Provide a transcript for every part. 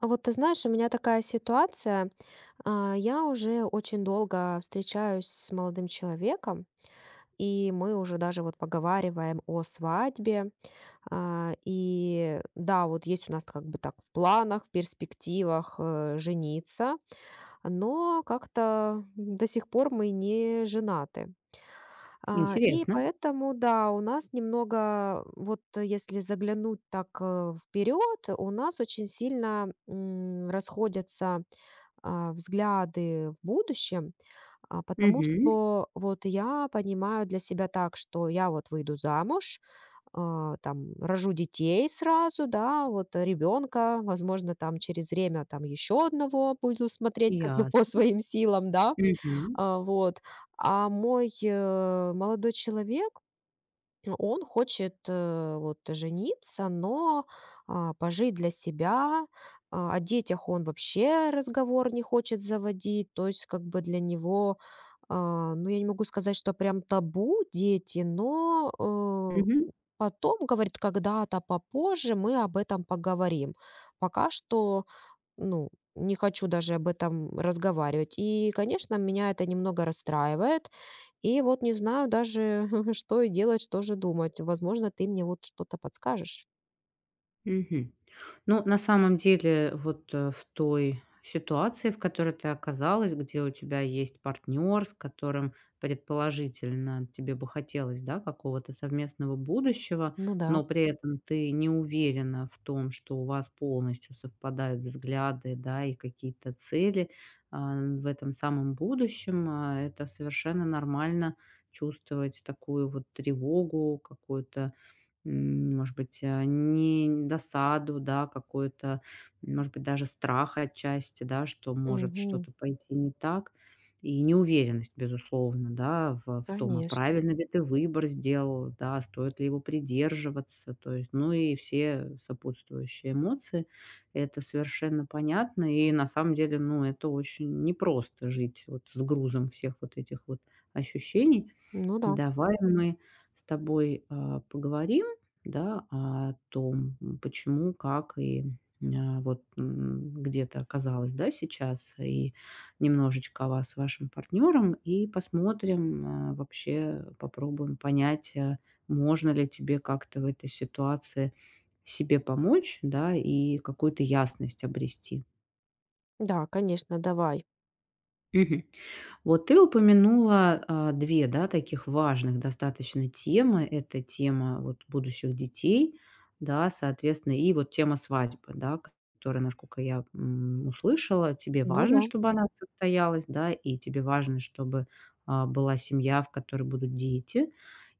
А вот ты знаешь, у меня такая ситуация. Я уже очень долго встречаюсь с молодым человеком, и мы уже даже вот поговариваем о свадьбе. И да, вот есть у нас как бы так в планах, в перспективах жениться, но как-то до сих пор мы не женаты. И Интересно. поэтому, да, у нас немного, если заглянуть так вперед, у нас очень сильно расходятся взгляды в будущем, потому Мгм. что вот я понимаю для себя так, что я вот выйду замуж, там рожу детей сразу, да, вот ребенка, возможно, там через время там еще одного буду смотреть как бы по Ясно. своим силам, да, Мгм. Вот. А мой молодой человек, он хочет, вот жениться, но, пожить для себя. О детях он вообще разговор не хочет заводить. То есть как бы для него, ну, я не могу сказать, что прям табу дети, но, Мгм. потом, говорит, когда-то попозже мы об этом поговорим. Пока что ну, не хочу даже об этом разговаривать. И, конечно, меня это немного расстраивает. И вот не знаю даже, что и делать, что же думать. Возможно, ты мне вот что-то подскажешь. Мгм. Ну, на самом деле, вот, в той ситуации, в которой ты оказалась, где у тебя есть партнер, с которым предположительно тебе бы хотелось, да, какого-то совместного будущего, Ну да. но при этом ты не уверена в том, что у вас полностью совпадают взгляды, да, и какие-то цели, в этом самом будущем. А, это совершенно нормально чувствовать такую вот тревогу, какую-то. Может быть, не досаду, да, какую-то, может быть, даже страх отчасти, да, что может Угу, что-то пойти не так, и неуверенность, безусловно, да, в том, а конечно. правильно ли ты выбор сделал, да, стоит ли его придерживаться, то есть, ну и все сопутствующие эмоции, это совершенно понятно, и на самом деле, ну, это очень непросто жить вот с грузом всех вот этих вот ощущений. Ну да. Давай мы с тобой, поговорим, да, о том, почему, как и, где ты оказалась, да, сейчас, и немножечко о вас с вашим партнером, и посмотрим, вообще попробуем понять, можно ли тебе как-то в этой ситуации себе помочь, да, и какую-то ясность обрести. Да, конечно, давай. Мгм. Вот ты упомянула, 2, да, таких важных достаточно темы. Это тема вот будущих детей, да, соответственно, и вот тема свадьбы, да, которая, насколько я, услышала, тебе Ну важно, да. чтобы она состоялась, да, и тебе важно, чтобы была семья, в которой будут дети.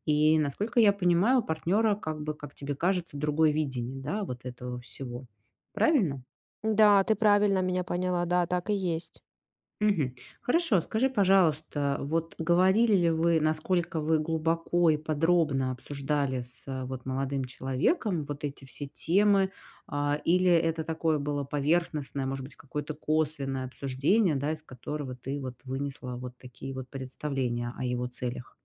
И, насколько я понимаю, у партнёра, как бы, как тебе кажется, другое видение, да, вот этого всего. Правильно? Да, ты правильно меня поняла, да, так и есть. Мгм. Хорошо, скажи, пожалуйста, вот говорили ли вы, насколько вы глубоко и подробно обсуждали с, вот молодым человеком вот эти все темы? А, или это такое было поверхностное, может быть, какое-то косвенное обсуждение, да, из которого ты вот вынесла вот такие вот представления о его целях?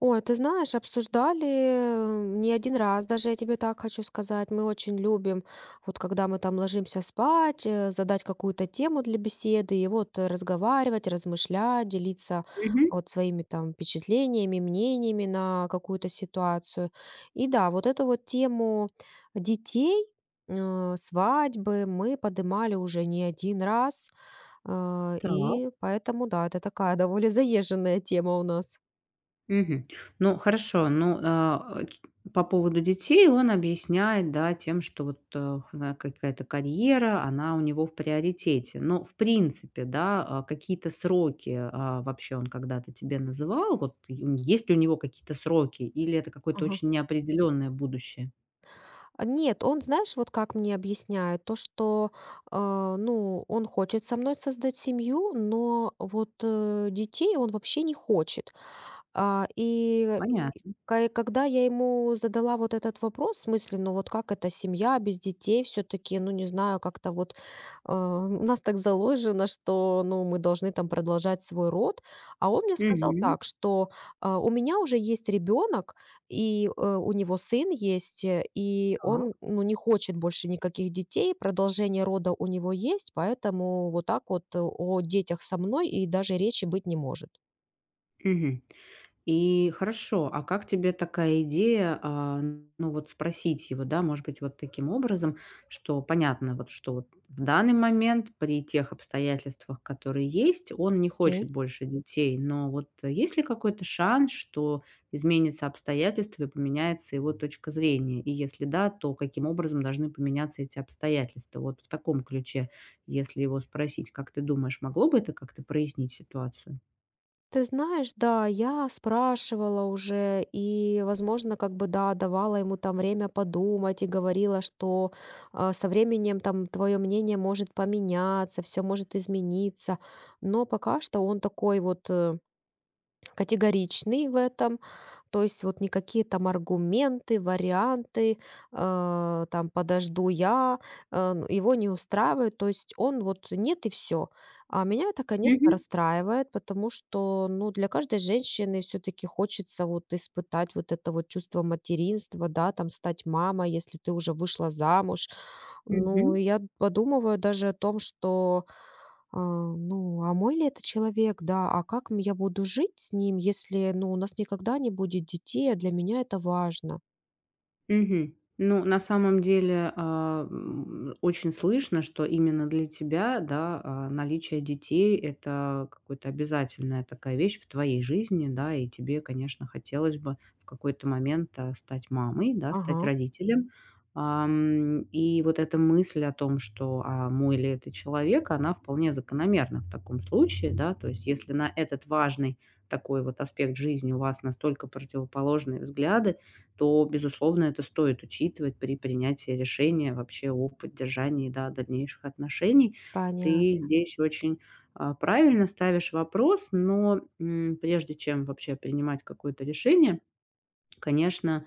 Ой, ты знаешь, обсуждали, не один раз, даже я тебе так хочу сказать. Мы очень любим, вот когда мы там ложимся спать, задать какую-то тему для беседы и разговаривать, размышлять, делиться Мгм. вот своими там впечатлениями, мнениями на какую-то ситуацию. И да, вот эту вот тему детей, свадьбы мы поднимали уже не один раз, и Так. поэтому да, это такая довольно заезженная тема у нас. Мгм. Ну, хорошо. Ну, а, э, ч по поводу детей он объясняет, да, тем, что вот, хна какая-то карьера, она у него в приоритете. Но, в принципе, да, какие-то сроки, вообще он когда-то тебе называл? Вот и есть ли у него какие-то сроки или это какое-то Ага. очень неопределенное будущее? Нет, он, знаешь, вот как мне объясняет, то, что, ну, он хочет со мной создать семью, но вот детей он вообще не хочет. А, и Понятно. ка когда я ему задала вот этот вопрос в смысле, ну, вот как это семья без детей все таки ну, не знаю, как-то вот, у нас так заложено, что, ну, мы должны там продолжать свой род. А он мне сказал Мгм. так, что, у меня уже есть ребенок и, у него сын есть, и Так. он, ну, не хочет больше никаких детей, продолжение рода у него есть, поэтому вот так вот о детях со мной и даже речи быть не может. Мгм. И хорошо, а как тебе такая идея, ну вот спросить его, да, может быть, вот таким образом, что понятно, вот что вот в данный момент при тех обстоятельствах, которые есть, он не Окей. хочет больше детей, но вот есть ли какой-то шанс, что изменятся обстоятельства и поменяется его точка зрения? И если да, то каким образом должны поменяться эти обстоятельства? Вот в таком ключе, если его спросить, как ты думаешь, могло бы это как-то прояснить ситуацию? Ты знаешь, да, я спрашивала уже и, возможно, как бы, да, давала ему там время подумать и говорила, что со временем там твое мнение может поменяться, все может измениться. Но пока что он такой вот категоричный в этом. То есть вот никакие там аргументы, варианты, там подожду я, его не устраивает. То есть он вот нет и все. А меня это, конечно, Мгм. расстраивает, потому что, ну, для каждой женщины все-таки хочется вот испытать вот это вот чувство материнства, да, там стать мамой, если ты уже вышла замуж. Мгм. Ну, я подумываю даже о том, что а, ну, а мой ли это человек, да, а как я буду жить с ним, если, ну, у нас никогда не будет детей, а для меня это важно? Мгм. Ну, на самом деле, очень слышно, что именно для тебя, да, наличие детей — это какая то обязательная такая вещь в твоей жизни, да, и тебе, конечно, хотелось бы в какой-то момент стать мамой, да, стать Ага, родителем. И вот эта мысль о том, что а мой ли это человек, она вполне закономерна в таком случае, да. То есть если на этот важный такой вот аспект жизни у вас настолько противоположные взгляды, то, безусловно, это стоит учитывать при принятии решения вообще о поддержании, да, дальнейших отношений. Ты понятно. здесь очень правильно ставишь вопрос, но, прежде чем вообще принимать какое-то решение. Конечно,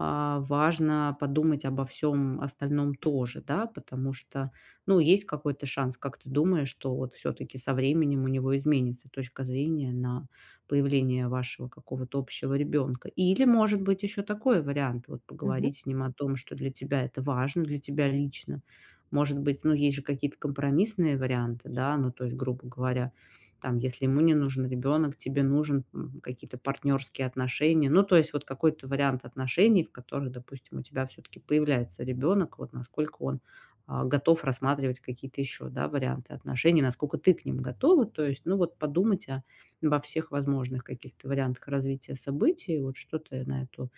важно подумать обо всем остальном тоже, да, потому что, ну, есть какой-то шанс, как ты думаешь, что вот все таки со временем у него изменится точка зрения на появление вашего какого-то общего ребенка? Или, может быть, еще такой вариант: вот Мгм. поговорить с ним о том, что для тебя это важно, для тебя лично. Может быть, ну, есть же какие-то компромиссные варианты, да, ну, то есть, грубо говоря, там, если ему не нужен ребенок, тебе нужен, какие-то партнерские отношения. Ну, то есть вот какой-то вариант отношений, в которых, допустим, у тебя все-таки появляется ребенок. Вот насколько он, готов рассматривать какие-то еще, да, варианты отношений, насколько ты к ним готова. То есть, ну, вот подумать о обо всех возможных каких-то вариантах развития событий. Вот что ты на эту,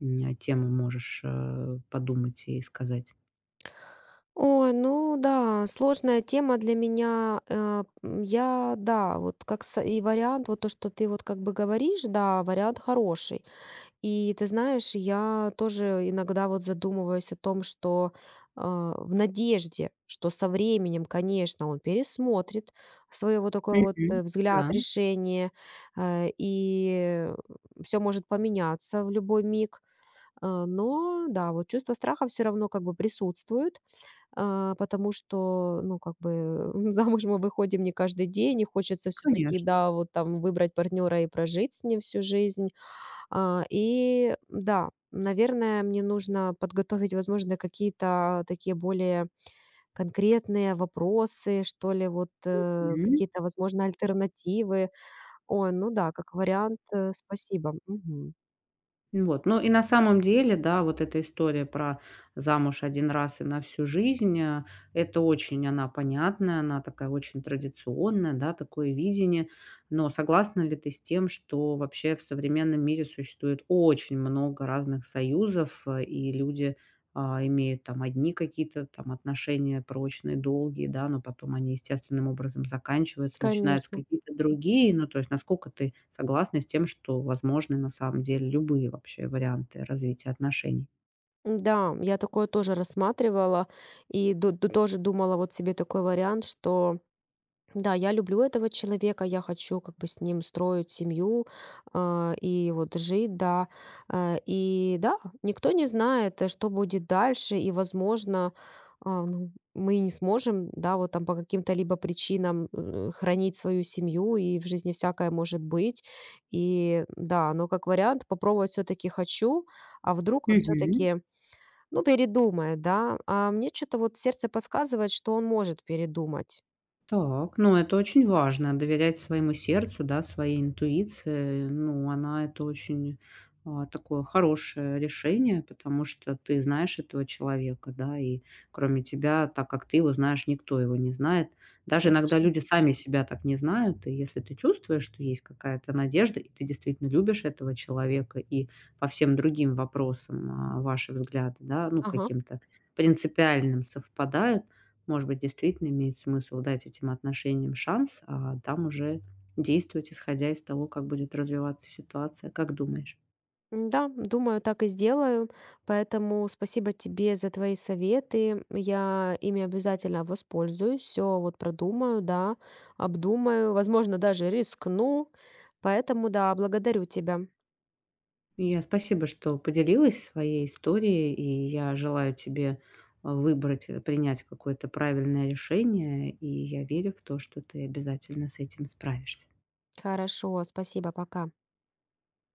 тему можешь, подумать и сказать? Ой, ну да, сложная тема для меня. Я, да, вот как с и вариант, вот то, что ты вот как бы говоришь, да, вариант хороший. И ты знаешь, я тоже иногда вот задумываюсь о том, что в надежде, что со временем, конечно, он пересмотрит свое вот такой вот Мгм. Да, взгляд, решение, и все может поменяться в любой миг. Но да, вот чувство страха все равно как бы присутствует, потому что, ну, как бы замуж мы выходим не каждый день, и хочется все-таки, конечно. да, вот там выбрать партнера и прожить с ним всю жизнь. И да, наверное, мне нужно подготовить, возможно, какие-то такие более конкретные вопросы, что ли, вот, какие-то, возможно, альтернативы. Ой, ну да, как вариант, спасибо. Мгм. Вот. Ну и на самом деле, да, вот эта история про замуж один раз и на всю жизнь, это очень она понятная, она такая очень традиционная, да, такое видение. Но согласна ли ты с тем, что вообще в современном мире существует очень много разных союзов, и люди имеют там одни какие-то там отношения прочные, долгие, да, но потом они естественным образом заканчиваются, начинаются Конечно. какие-то другие. Ну, то есть насколько ты согласна с тем, что возможны на самом деле любые вообще варианты развития отношений? Да, я такое тоже рассматривала и ду ду тоже думала вот себе такой вариант, что да, я люблю этого человека, я хочу как бы с ним строить семью, и вот жить, да. И да, никто не знает, что будет дальше, и, возможно, ну, мы и не сможем, да, вот там по каким-то либо причинам хранить свою семью, и в жизни всякое может быть. И да, но как вариант попробовать все-таки хочу, а вдруг он Мгм. все-таки, ну, передумает, да. А мне что-то вот сердце подсказывает, что он может передумать. Так, ну, это очень важно — доверять своему сердцу, да, своей интуиции. Ну, она — это очень такое хорошее решение, потому что ты знаешь этого человека, да, и кроме тебя, так как ты его знаешь, никто его не знает. Даже иногда Точно. люди сами себя так не знают, и если ты чувствуешь, что есть какая-то надежда, и ты действительно любишь этого человека, и по всем другим вопросам, ваши взгляды, да, ну, Ага. каким-то принципиальным совпадают, может быть, действительно имеет смысл дать этим отношениям шанс, а там уже действовать, исходя из того, как будет развиваться ситуация. Как думаешь? Да, думаю, так и сделаю. Поэтому спасибо тебе за твои советы. Я ими обязательно воспользуюсь, все вот продумаю, да, обдумаю, возможно, даже рискну. Поэтому да, благодарю тебя. Я — спасибо, что поделилась своей историей, и я желаю тебе выбрать, принять какое-то правильное решение, и я верю в то, что ты обязательно с этим справишься. Хорошо, спасибо, пока.